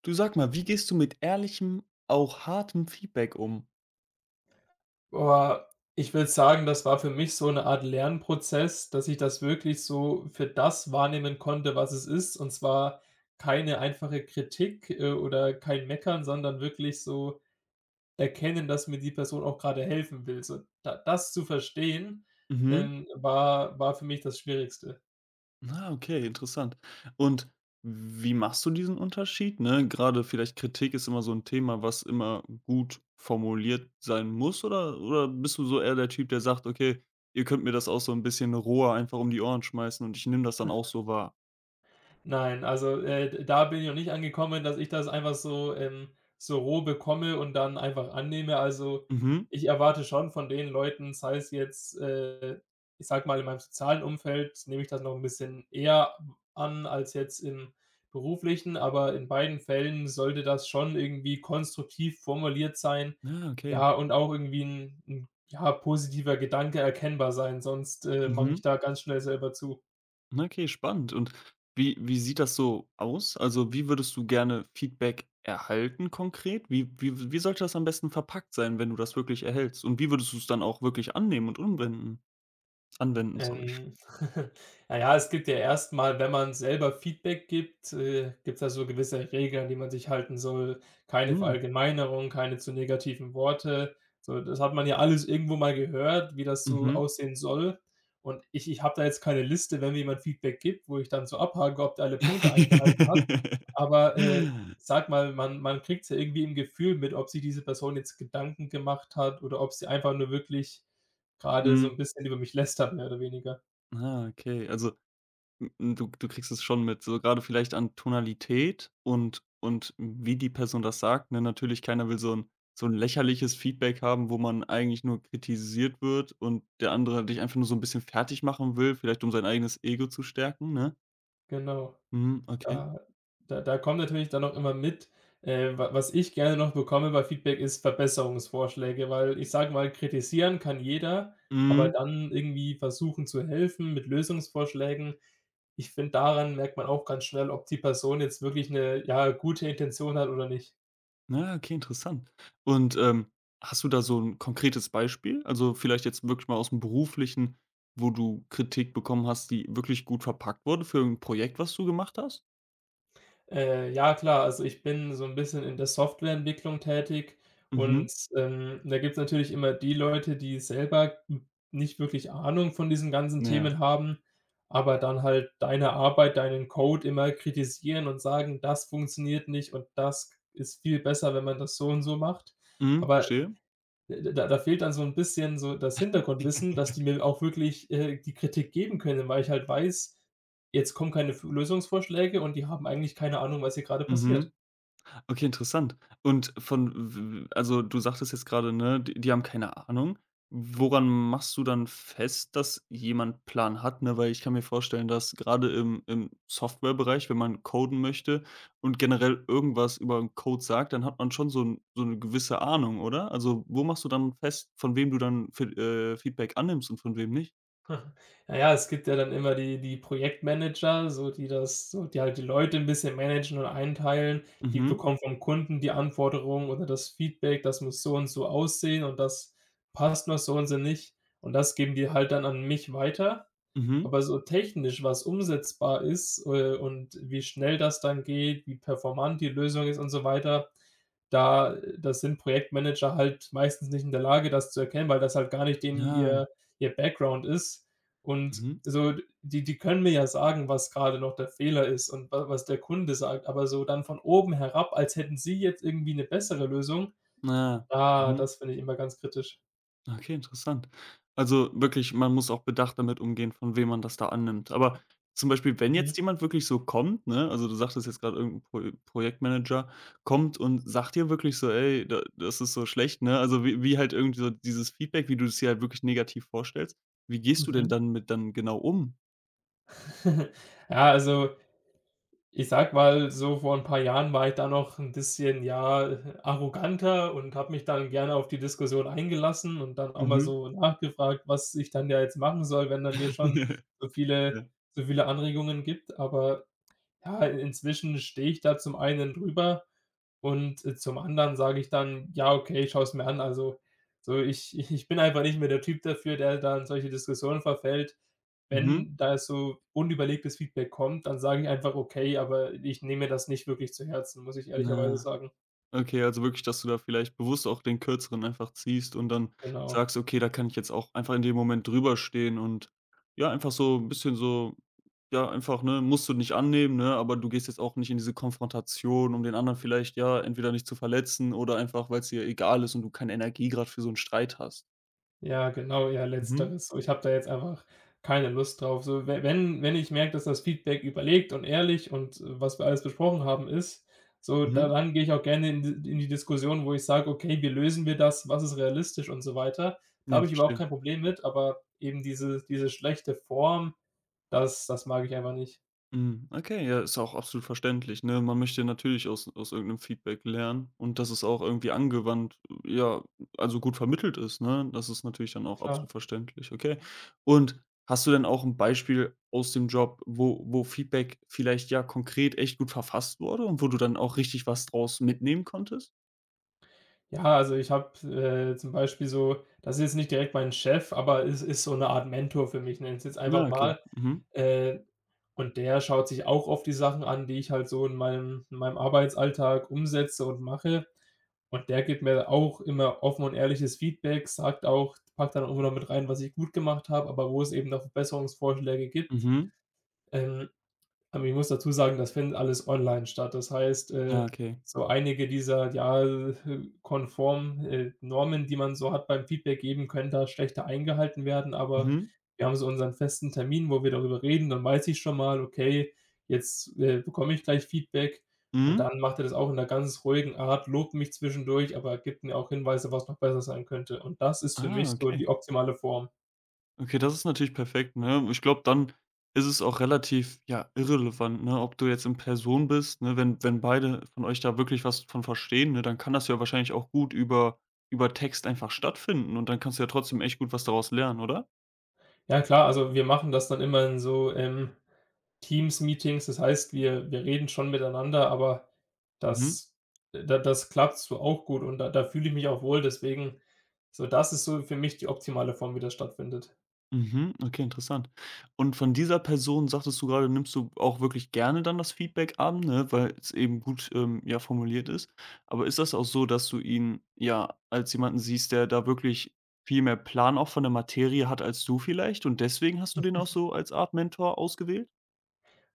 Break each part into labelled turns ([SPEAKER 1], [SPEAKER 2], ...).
[SPEAKER 1] Du sag mal, wie gehst du mit ehrlichem, auch hartem Feedback um?
[SPEAKER 2] Boah, ich würde sagen, das war für mich so eine Art Lernprozess, dass ich das wirklich so für das wahrnehmen konnte, was es ist. Und zwar keine einfache Kritik, oder kein Meckern, sondern wirklich so erkennen, dass mir die Person auch gerade helfen will. So, da das zu verstehen,
[SPEAKER 1] Mhm.
[SPEAKER 2] war für mich das Schwierigste.
[SPEAKER 1] Ah, okay, interessant. Und wie machst du diesen Unterschied, ne? Gerade vielleicht Kritik ist immer so ein Thema, was immer gut formuliert sein muss oder bist du so eher der Typ, der sagt: „Okay, ihr könnt mir das auch so ein bisschen roher einfach um die Ohren schmeißen und ich nehme das dann auch so wahr?“
[SPEAKER 2] Nein, also, da bin ich noch nicht angekommen, dass ich das einfach so, so roh bekomme und dann einfach annehme. Also,
[SPEAKER 1] Mhm.
[SPEAKER 2] ich erwarte schon von den Leuten, sei es jetzt, ich sag mal, in meinem sozialen Umfeld nehme ich das noch ein bisschen eher an als jetzt im beruflichen, aber in beiden Fällen sollte das schon irgendwie konstruktiv formuliert sein,
[SPEAKER 1] Ah, okay.
[SPEAKER 2] ja, und auch irgendwie ein 'n, ja, positiver Gedanke erkennbar sein, sonst, mache ich
[SPEAKER 1] Mhm.
[SPEAKER 2] da ganz schnell selber zu.
[SPEAKER 1] Na, okay, spannend. Und wie sieht das so aus? Also, wie würdest du gerne Feedback erhalten konkret? Wie sollte das am besten verpackt sein, wenn du das wirklich erhältst? Und wie würdest du es dann auch wirklich annehmen und umwenden anwenden, sorry?
[SPEAKER 2] Ähm, na ja, es gibt ja erstmal, wenn man selber Feedback gibt, gibt es da so gewisse Regeln, an die man sich halten soll. Keine
[SPEAKER 1] Hm,
[SPEAKER 2] Verallgemeinerung, keine zu negativen Worte. So, das hat man ja alles irgendwo mal gehört, wie das so
[SPEAKER 1] mhm.
[SPEAKER 2] aussehen soll. Und ich habe da jetzt keine Liste, wenn mir jemand Feedback gibt, wo ich dann so abhake, ob der alle Punkte eingehalten hat. Aber, ich mal, man man kriegt's ja irgendwie im Gefühl mit, ob sich diese Person jetzt Gedanken gemacht hat oder ob sie einfach nur wirklich gerade so 'n
[SPEAKER 1] Mhm.
[SPEAKER 2] bisschen über mich lästert, mehr oder weniger.
[SPEAKER 1] Ah, okay. Also, hm, hm, du kriegst es schon mit, so gerade vielleicht an Tonalität und wie die Person das sagt, ne? Natürlich, keiner will so ein lächerliches Feedback haben, wo man eigentlich nur kritisiert wird und der andere dich einfach nur so ein bisschen fertig machen will, vielleicht um sein eigenes Ego zu stärken, ne?
[SPEAKER 2] Genau.
[SPEAKER 1] Mhm, okay.
[SPEAKER 2] Da da kommt natürlich dann auch immer mit, wa was ich gerne noch bekomme bei Feedback, ist Verbesserungsvorschläge, weil ich sage mal, kritisieren kann jeder, aber
[SPEAKER 1] Mhm.
[SPEAKER 2] dann irgendwie versuchen zu helfen mit Lösungsvorschlägen. Ich finde, daran merkt man auch ganz schnell, ob die Person jetzt wirklich 'ne, ja, gute Intention hat oder nicht.
[SPEAKER 1] Na ja, okay, interessant. Und, hast du da so ein konkretes Beispiel? Also, vielleicht jetzt wirklich mal aus dem Beruflichen, wo du Kritik bekommen hast, die wirklich gut verpackt wurde für ein Projekt, was du gemacht hast?
[SPEAKER 2] Ja, klar, also ich bin so 'n bisschen in der Softwareentwicklung tätig
[SPEAKER 1] Mhm.
[SPEAKER 2] und, da gibt's natürlich immer die Leute, die selber n nicht wirklich Ahnung von diesen ganzen
[SPEAKER 1] Ja.
[SPEAKER 2] Themen haben, aber dann halt deine Arbeit, deinen Code immer kritisieren und sagen: „Das funktioniert nicht und das ist viel besser, wenn man das so und so macht.“
[SPEAKER 1] Mhm,
[SPEAKER 2] Aber
[SPEAKER 1] verstehe.
[SPEAKER 2] da fehlt dann so ein bisschen so das Hintergrundwissen, dass die mir auch wirklich, die Kritik geben können, weil ich halt weiß, jetzt kommen keine F Lösungsvorschläge und die haben eigentlich keine Ahnung, was hier gerade passiert.
[SPEAKER 1] Mhm. Okay, interessant. Und von w Also, du sagtest jetzt gerade, ne, die haben keine Ahnung. Woran machst du dann fest, dass jemand Plan hat, ne? Weil ich kann mir vorstellen, dass gerade im Softwarebereich, wenn man coden möchte und generell irgendwas über 'n Code sagt, dann hat man schon so 'n so eine gewisse Ahnung, oder? Also, wo machst du dann fest, von wem du dann Fe Feedback annimmst und von wem nicht?
[SPEAKER 2] Naja, es gibt ja dann immer die die Projektmanager, so die das so die halt die Leute ein bisschen managen und einteilen. Die
[SPEAKER 1] Mhm,
[SPEAKER 2] bekommen vom Kunden die Anforderung oder das Feedback, das muss so und so aussehen und das passt noch so und so nicht. Und das geben die halt dann an mich weiter.
[SPEAKER 1] mhm.
[SPEAKER 2] Aber so technisch, was umsetzbar ist, und wie schnell das dann geht, wie performant die Lösung ist und so weiter, da das sind Projektmanager halt meistens nicht in der Lage, das zu erkennen, weil das halt gar nicht denen
[SPEAKER 1] Ja,
[SPEAKER 2] ihr ihr Background ist. Und
[SPEAKER 1] mhm.
[SPEAKER 2] so, die die können mir ja sagen, was gerade noch der Fehler ist und wa was der Kunde sagt, aber so dann von oben herab, als hätten sie jetzt irgendwie eine bessere Lösung,
[SPEAKER 1] Ja.
[SPEAKER 2] ah,
[SPEAKER 1] Mhm.
[SPEAKER 2] das finde ich immer ganz kritisch.
[SPEAKER 1] Okay, interessant. Also, wirklich, man muss auch bedacht damit umgehen, von wem man das da annimmt. Aber zum Beispiel, wenn
[SPEAKER 2] Mhm,
[SPEAKER 1] jetzt jemand wirklich so kommt, ne, also du sagtest jetzt gerade, irgend 'n Pro Projektmanager kommt und sagt dir wirklich so: „Ey, da das ist so schlecht“, ne? Also, wie halt irgendwie so dieses Feedback, wie du es dir halt wirklich negativ vorstellst. Wie gehst du denn
[SPEAKER 2] mhm.
[SPEAKER 1] dann mit dann genau um?
[SPEAKER 2] Ja, also ich sag mal, so vor ein paar Jahren war ich da noch ein bisschen, ja, arroganter und habe mich dann gerne auf die Diskussion eingelassen und dann auch mal
[SPEAKER 1] Mhm.
[SPEAKER 2] so nachgefragt, was ich dann ja jetzt machen soll, wenn er mir schon so viele
[SPEAKER 1] Ja.
[SPEAKER 2] so viele Anregungen gibt. Aber ja, inzwischen stehe ich da zum einen drüber und, zum anderen sage ich dann: „Ja, okay, ich schaue es mir an.“ Also, so ich ich bin einfach nicht mehr der Typ dafür, der da in solche Diskussionen verfällt.
[SPEAKER 1] Mhm.
[SPEAKER 2] Wenn da so unüberlegtes Feedback kommt, dann sage ich einfach: „Okay“, aber ich nehme mir das nicht wirklich zu Herzen, muss ich ehrlicherweise sagen.
[SPEAKER 1] Okay, also wirklich, dass du da vielleicht bewusst auch den Kürzeren einfach ziehst und dann
[SPEAKER 2] Genau.
[SPEAKER 1] sagst: „Okay, da kann ich jetzt auch einfach in dem Moment drüber stehen“ und ja, einfach so ein bisschen so ja, einfach, ne, musst du nicht annehmen, ne, aber du gehst jetzt auch nicht in diese Konfrontation, um den anderen vielleicht, ja, entweder nicht zu verletzen oder einfach, weil es dir egal ist und du keine Energie gerade für so einen Streit hast.
[SPEAKER 2] Ja, genau, ja,
[SPEAKER 1] Mhm,
[SPEAKER 2] letzteres. So, ich habe da jetzt einfach keine Lust drauf. So, we wenn wenn ich merke, dass das Feedback überlegt und ehrlich und, was wir alles besprochen haben, ist, so, da
[SPEAKER 1] mhm.
[SPEAKER 2] dann gehe ich auch gerne in die Diskussion, wo ich sage: „Okay, wie lösen wir das? Was ist realistisch?“ und so weiter. Da
[SPEAKER 1] Ja,
[SPEAKER 2] habe ich überhaupt
[SPEAKER 1] verstehe.
[SPEAKER 2] kein Problem mit, aber eben diese schlechte Form, das mag ich einfach nicht.
[SPEAKER 1] Mhm, okay, ja, ist auch absolut verständlich, ne? Man möchte natürlich aus irgendeinem Feedback lernen und dass es auch irgendwie gut vermittelt ist, ne? Das ist natürlich dann auch
[SPEAKER 2] Klar.
[SPEAKER 1] absolut verständlich, okay. Und hast du denn auch ein Beispiel aus dem Job, wo Feedback vielleicht, ja, konkret echt gut verfasst wurde und wo du dann auch richtig was draus mitnehmen konntest?
[SPEAKER 2] Ja, also ich habe, zum Beispiel so das ist jetzt nicht direkt mein Chef, aber es ist so eine Art Mentor für mich, nenne ich es jetzt einfach
[SPEAKER 1] Na, okay.
[SPEAKER 2] mal.
[SPEAKER 1] Mhm.
[SPEAKER 2] Äh, und der schaut sich auch oft die Sachen an, die ich halt so in meinem Arbeitsalltag umsetze und mache. Und der gibt mir auch immer offen und ehrliches Feedback, sagt auch packt dann auch immer noch mit rein, was ich gut gemacht habe, aber wo es eben noch Verbesserungsvorschläge gibt.
[SPEAKER 1] Mhm.
[SPEAKER 2] Ähm aber ich muss dazu sagen, das findet alles online statt. Das heißt,
[SPEAKER 1] Ja, okay.
[SPEAKER 2] so einige dieser, ja, konform, Normen, die man so hat beim Feedback geben, können da schlechter eingehalten werden, aber
[SPEAKER 1] Mhm.
[SPEAKER 2] wir haben so unseren festen Termin, wo wir darüber reden, dann weiß ich schon mal: „Okay, jetzt, bekomme ich gleich Feedback.“ Und
[SPEAKER 1] Mhm.
[SPEAKER 2] dann macht er das auch in einer ganz ruhigen Art, lobt mich zwischendurch, aber gibt mir auch Hinweise, was noch besser sein könnte. Und das ist für
[SPEAKER 1] Ah,
[SPEAKER 2] mich so
[SPEAKER 1] okay.
[SPEAKER 2] die optimale Form.
[SPEAKER 1] Okay, das ist natürlich perfekt, ne? Ich glaube, dann ist es auch relativ, ja, irrelevant, ne, ob du jetzt in Person bist, ne? Wenn beide von euch da wirklich was von verstehen, ne, dann kann das ja wahrscheinlich auch gut über Text einfach stattfinden und dann kannst du ja trotzdem echt gut was daraus lernen, oder?
[SPEAKER 2] Ja, klar, also wir machen das dann immer in so, Teams-Meetings. Das heißt, wir reden schon miteinander, aber
[SPEAKER 1] Mhm.
[SPEAKER 2] das das klappt so auch gut und da fühle ich mich auch wohl. Deswegen das ist so für mich die optimale Form, wie das stattfindet.
[SPEAKER 1] Mhm, okay, interessant. Und von dieser Person sagtest du gerade, nimmst du auch wirklich gerne dann das Feedback an, ne, weil es eben gut, ja, formuliert ist. Aber ist das auch so, dass du ihn, ja, als jemanden siehst, der da wirklich viel mehr Plan auch von der Materie hat als du vielleicht und deswegen hast du den auch so als Art Mentor ausgewählt?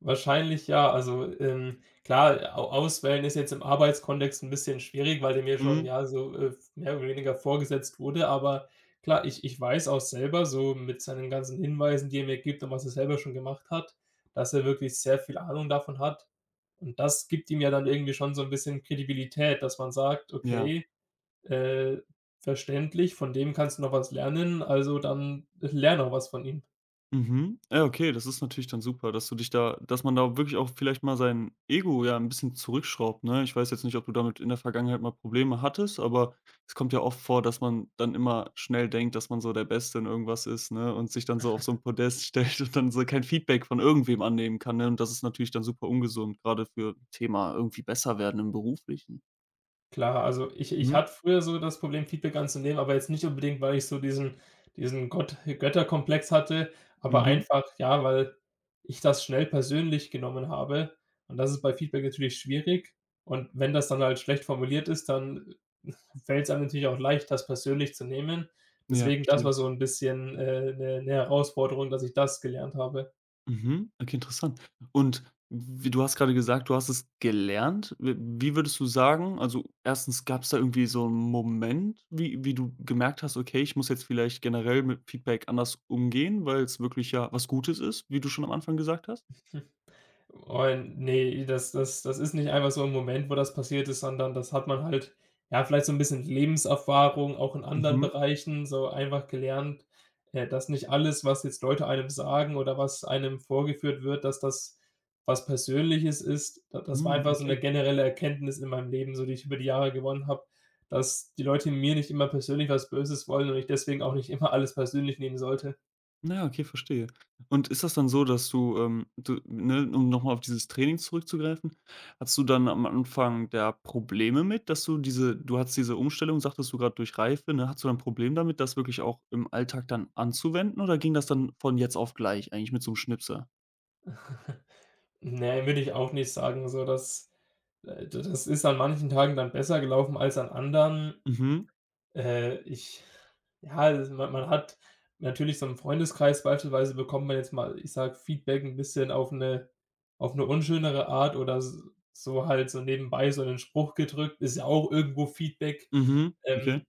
[SPEAKER 2] Wahrscheinlich ja. Also, klar, au auswählen ist jetzt im Arbeitskontext ein bisschen schwierig, weil der mir schon,
[SPEAKER 1] Mhm,
[SPEAKER 2] ja, so, mehr oder weniger vorgesetzt wurde, aber klar, ich weiß auch selber so mit seinen ganzen Hinweisen, die er mir gibt und was er selber schon gemacht hat, dass er wirklich sehr viel Ahnung davon hat. Und das gibt ihm ja dann irgendwie schon so ein bisschen Kredibilität, dass man sagt:
[SPEAKER 1] ja.
[SPEAKER 2] „Okay, äh, verständlich, von dem kannst du noch was lernen, also dann lerne auch was von ihm.“
[SPEAKER 1] Mhm. Ja, okay, das ist natürlich dann super, dass du dich da dass man da wirklich auch vielleicht mal sein Ego ja ein bisschen zurückschraubt, ne? Ich weiß jetzt nicht, ob du damit in der Vergangenheit mal Probleme hattest, aber es kommt ja oft vor, dass man dann immer schnell denkt, dass man so der Beste in irgendwas ist, ne, und sich dann so auf so 'n Podest stellt und dann so kein Feedback von irgendwem annehmen kann, ne? Und das ist natürlich dann super ungesund, gerade für Thema irgendwie besser werden im Beruflichen.
[SPEAKER 2] Klar, also ich
[SPEAKER 1] Mhm.
[SPEAKER 2] hatte früher so das Problem, Feedback anzunehmen, aber jetzt nicht unbedingt, weil ich so diesen diesen Gott Götterkomplex hatte, aber
[SPEAKER 1] Mhm.
[SPEAKER 2] einfach, ja, weil ich das schnell persönlich genommen habe und das ist bei Feedback natürlich schwierig und wenn das dann halt schlecht formuliert ist, dann fällt es einem natürlich auch leicht, das persönlich zu nehmen.
[SPEAKER 1] Ja,
[SPEAKER 2] Deswegen, das
[SPEAKER 1] verstehe.
[SPEAKER 2] war so ein bisschen, 'ne 'ne Herausforderung, dass ich das gelernt habe.
[SPEAKER 1] Mhm, okay, interessant. Und w du hast gerade gesagt, du hast es gelernt. W wie würdest du sagen, also erstens, gab es da irgendwie so einen Moment, wie du gemerkt hast: „Okay, ich muss jetzt vielleicht generell mit Feedback anders umgehen, weil es wirklich ja was Gutes ist“, wie du schon am Anfang gesagt hast?
[SPEAKER 2] Und ne, das ist nicht einfach so ein Moment, wo das passiert ist, sondern das hat man halt, ja, vielleicht so ein bisschen Lebenserfahrung auch in anderen
[SPEAKER 1] Mhm.
[SPEAKER 2] Bereichen so einfach gelernt, dass nicht alles, was jetzt Leute einem sagen oder was einem vorgeführt wird, dass das was Persönliches ist. Da Das war
[SPEAKER 1] Mhm,
[SPEAKER 2] einfach so eine
[SPEAKER 1] okay.
[SPEAKER 2] generelle Erkenntnis in meinem Leben, so die ich über die Jahre gewonnen habe, dass die Leute mir nicht immer persönlich was Böses wollen und ich deswegen auch nicht immer alles persönlich nehmen sollte.
[SPEAKER 1] Na ja, okay, verstehe. Und ist das dann so, dass du, ne, um nochmal auf dieses Training zurückzugreifen, hast du dann am Anfang da Probleme mit, dass du diese du hattest diese Umstellung, sagtest du gerade, durch Reife, ne? Hast du dann 'n Problem damit, das wirklich auch im Alltag dann anzuwenden oder ging das dann von jetzt auf gleich eigentlich mit so einem Schnipsel?
[SPEAKER 2] Ne, würde ich auch nicht sagen, so dass d das ist an manchen Tagen dann besser gelaufen als an anderen.
[SPEAKER 1] Mhm,
[SPEAKER 2] Ich Ja, das- man hat natürlich so im Freundeskreis beispielsweise bekommt man jetzt mal, ich sag Feedback ein bisschen auf eine unschönere Art oder s so halt so nebenbei so einen Spruch gedrückt, ist ja auch irgendwo Feedback.
[SPEAKER 1] mhm, okay.
[SPEAKER 2] Ähm,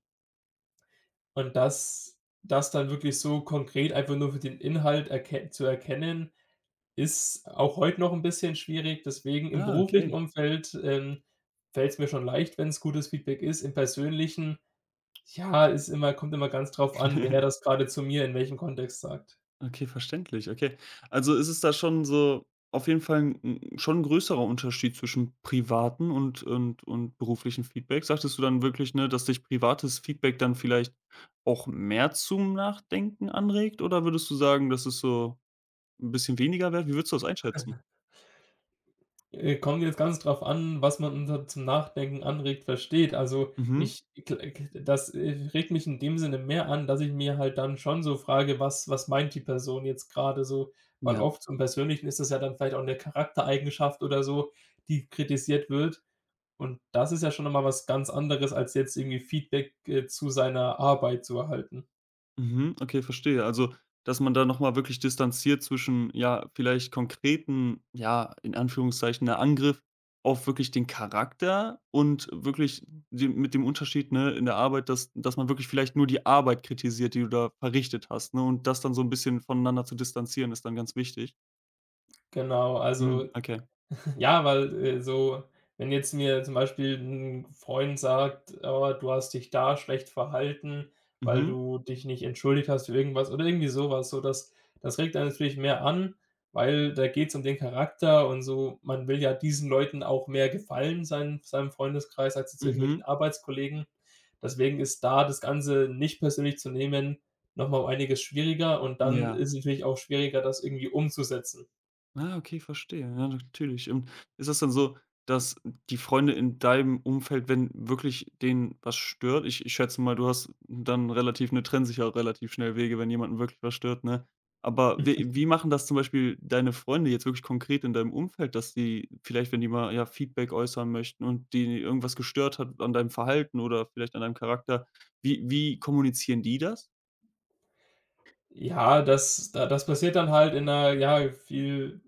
[SPEAKER 2] und das dann wirklich so konkret einfach nur für den Inhalt erke zu erkennen ist auch heute noch ein bisschen schwierig, deswegen im
[SPEAKER 1] Ah,
[SPEAKER 2] beruflichen
[SPEAKER 1] okay.
[SPEAKER 2] Umfeld, fällt es mir schon leicht, wenn es gutes Feedback ist. Im Persönlichen, ja, ist immer kommt immer ganz drauf an, wer das gerade zu mir in welchem Kontext sagt.
[SPEAKER 1] Okay, verständlich, okay. Also, ist es da schon so auf jeden Fall 'n 'n schon ein größerer Unterschied zwischen privaten und und beruflichen Feedback? Sagtest du dann wirklich, ne, dass dich privates Feedback dann vielleicht auch mehr zum Nachdenken anregt oder würdest du sagen, das ist so ein bisschen weniger wert? Wie würdest du das einschätzen?
[SPEAKER 2] Kommt jetzt ganz drauf an, was man unter zum Nachdenken anregt, versteht. Also,
[SPEAKER 1] Mhm.
[SPEAKER 2] ich kl k das, regt mich in dem Sinne mehr an, dass ich mir halt dann schon so frage: „Was was meint die Person jetzt gerade so?“ Weil
[SPEAKER 1] Ja.
[SPEAKER 2] oft zum Persönlichen ist das ja dann vielleicht auch eine Charaktereigenschaft oder so, die kritisiert wird. Und das ist ja schon noch mal was ganz anderes, als jetzt irgendwie Feedback, zu seiner Arbeit zu erhalten.
[SPEAKER 1] Mhm, okay, verstehe. Also, dass man da noch mal wirklich distanziert zwischen, ja, vielleicht konkreten, ja, in Anführungszeichen, der Angriff auf wirklich den Charakter und wirklich dem mit dem Unterschied, ne, in der Arbeit, dass dass man wirklich vielleicht nur die Arbeit kritisiert, die du da verrichtet hast, ne, und das dann so ein bisschen voneinander zu distanzieren, ist dann ganz wichtig.
[SPEAKER 2] Genau, also
[SPEAKER 1] Mhm, okay.
[SPEAKER 2] ja, weil, so wenn jetzt mir zum Beispiel ein Freund sagt: „Oh, du hast dich da schlecht verhalten, weil
[SPEAKER 1] Mhm,
[SPEAKER 2] du dich nicht entschuldigt hast für irgendwas“ oder irgendwie sowas, das regt dann natürlich mehr an, weil da geht's um den Charakter und so. Man will ja diesen Leuten auch mehr gefallen, seinem Freundeskreis, als jetzt irgendwelchen
[SPEAKER 1] mhm,
[SPEAKER 2] Arbeitskollegen. Deswegen ist da das Ganze nicht persönlich zu nehmen noch mal um einiges schwieriger und dann
[SPEAKER 1] ja.
[SPEAKER 2] ist es natürlich auch schwieriger, das irgendwie umzusetzen.
[SPEAKER 1] Ah, okay, verstehe. Ja, natürlich. Und ist das dann so, dass die Freunde in deinem Umfeld, wenn wirklich denen was stört, ich schätze mal, du hast dann relativ, ne, trennen sich ja auch relativ schnell Wege, wenn jemanden wirklich was stört, ne? Aber wie machen das zum Beispiel deine Freunde jetzt wirklich konkret in deinem Umfeld, dass die vielleicht, wenn die mal, ja, Feedback äußern möchten und die irgendwas gestört hat an deinem Verhalten oder vielleicht an deinem Charakter, wie kommunizieren die das?
[SPEAKER 2] Ja, das passiert dann halt in einer ja, viel,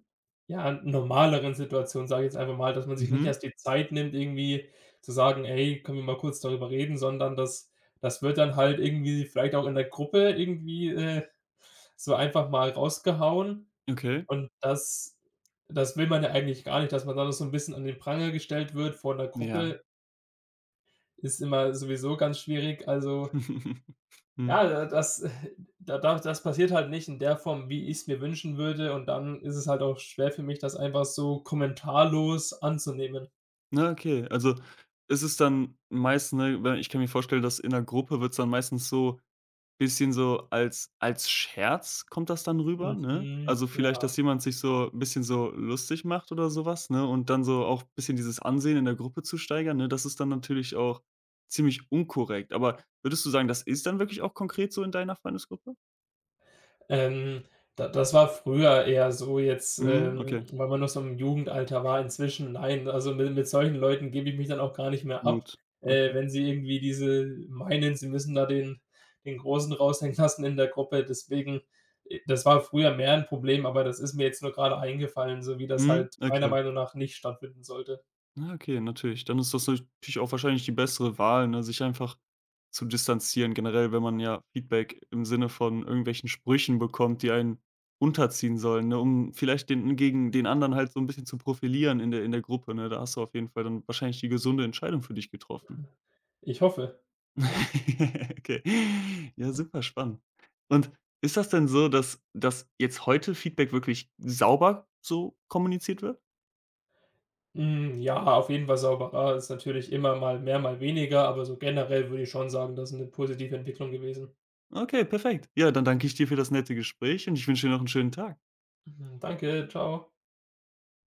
[SPEAKER 2] ja, normaleren Situation, sage ich jetzt einfach mal, dass man sich nicht
[SPEAKER 1] Mhm,
[SPEAKER 2] erst die Zeit nimmt, irgendwie zu sagen: „Ey, können wir mal kurz darüber reden?“, sondern das wird dann halt irgendwie vielleicht auch in der Gruppe irgendwie, so einfach mal rausgehauen
[SPEAKER 1] okay,
[SPEAKER 2] und das will man ja eigentlich gar nicht, dass man dann so ein bisschen an den Pranger gestellt wird vor einer
[SPEAKER 1] ja.
[SPEAKER 2] Gruppe, ist immer sowieso ganz schwierig. Also
[SPEAKER 1] Mhm.
[SPEAKER 2] ja, das da da das passiert halt nicht in der Form, wie ich's mir wünschen würde und dann ist es halt auch schwer für mich, das einfach so kommentarlos anzunehmen.
[SPEAKER 1] Na, okay. Also, ist es dann meist, ne, weil ich kann mir vorstellen, dass in der Gruppe wird es dann meistens so bisschen so als Scherz kommt das dann rüber, ne?
[SPEAKER 2] Mhm,
[SPEAKER 1] Also, vielleicht,
[SPEAKER 2] ja.
[SPEAKER 1] dass jemand sich so 'n bisschen so lustig macht oder sowas, ne? Und dann so auch ein bisschen dieses Ansehen in der Gruppe zu steigern, ne? Das ist dann natürlich auch ziemlich unkorrekt. Aber würdest du sagen, das ist dann wirklich auch konkret so in deiner Freundesgruppe?
[SPEAKER 2] Ähm, da das war früher eher so jetzt,
[SPEAKER 1] Mhm, okay,
[SPEAKER 2] weil man noch so im Jugendalter war. Inzwischen nein, also mit solchen Leuten gebe ich mich dann auch gar nicht mehr ab,
[SPEAKER 1] gut. Okay.
[SPEAKER 2] wenn sie irgendwie diese meinen, sie müssen da den Großen raushängen lassen in der Gruppe. Deswegen, das war früher mehr ein Problem, aber das ist mir jetzt nur gerade eingefallen, so wie das
[SPEAKER 1] Mhm,
[SPEAKER 2] halt meiner
[SPEAKER 1] okay.
[SPEAKER 2] Meinung nach nicht stattfinden sollte.
[SPEAKER 1] Na, okay, natürlich. Dann ist das natürlich auch wahrscheinlich die bessere Wahl, ne, sich einfach zu distanzieren. Generell, wenn man ja Feedback im Sinne von irgendwelchen Sprüchen bekommt, die einen unterziehen sollen, ne, um vielleicht den gegen den anderen halt so ein bisschen zu profilieren in der Gruppe, ne? Da hast du auf jeden Fall dann wahrscheinlich die gesunde Entscheidung für dich getroffen.
[SPEAKER 2] Ich hoffe.
[SPEAKER 1] Okay. Ja, super spannend. Und ist das denn so, dass jetzt heute Feedback wirklich sauber so kommuniziert wird?
[SPEAKER 2] Hm, ja, auf jeden Fall sauberer ist natürlich immer mal mehr, mal weniger, aber so generell würde ich schon sagen, das ist eine positive Entwicklung gewesen.
[SPEAKER 1] Okay, perfekt. Ja, dann danke ich dir für das nette Gespräch und ich wünsche dir noch 'n schönen Tag.
[SPEAKER 2] Mhm, danke, ciao.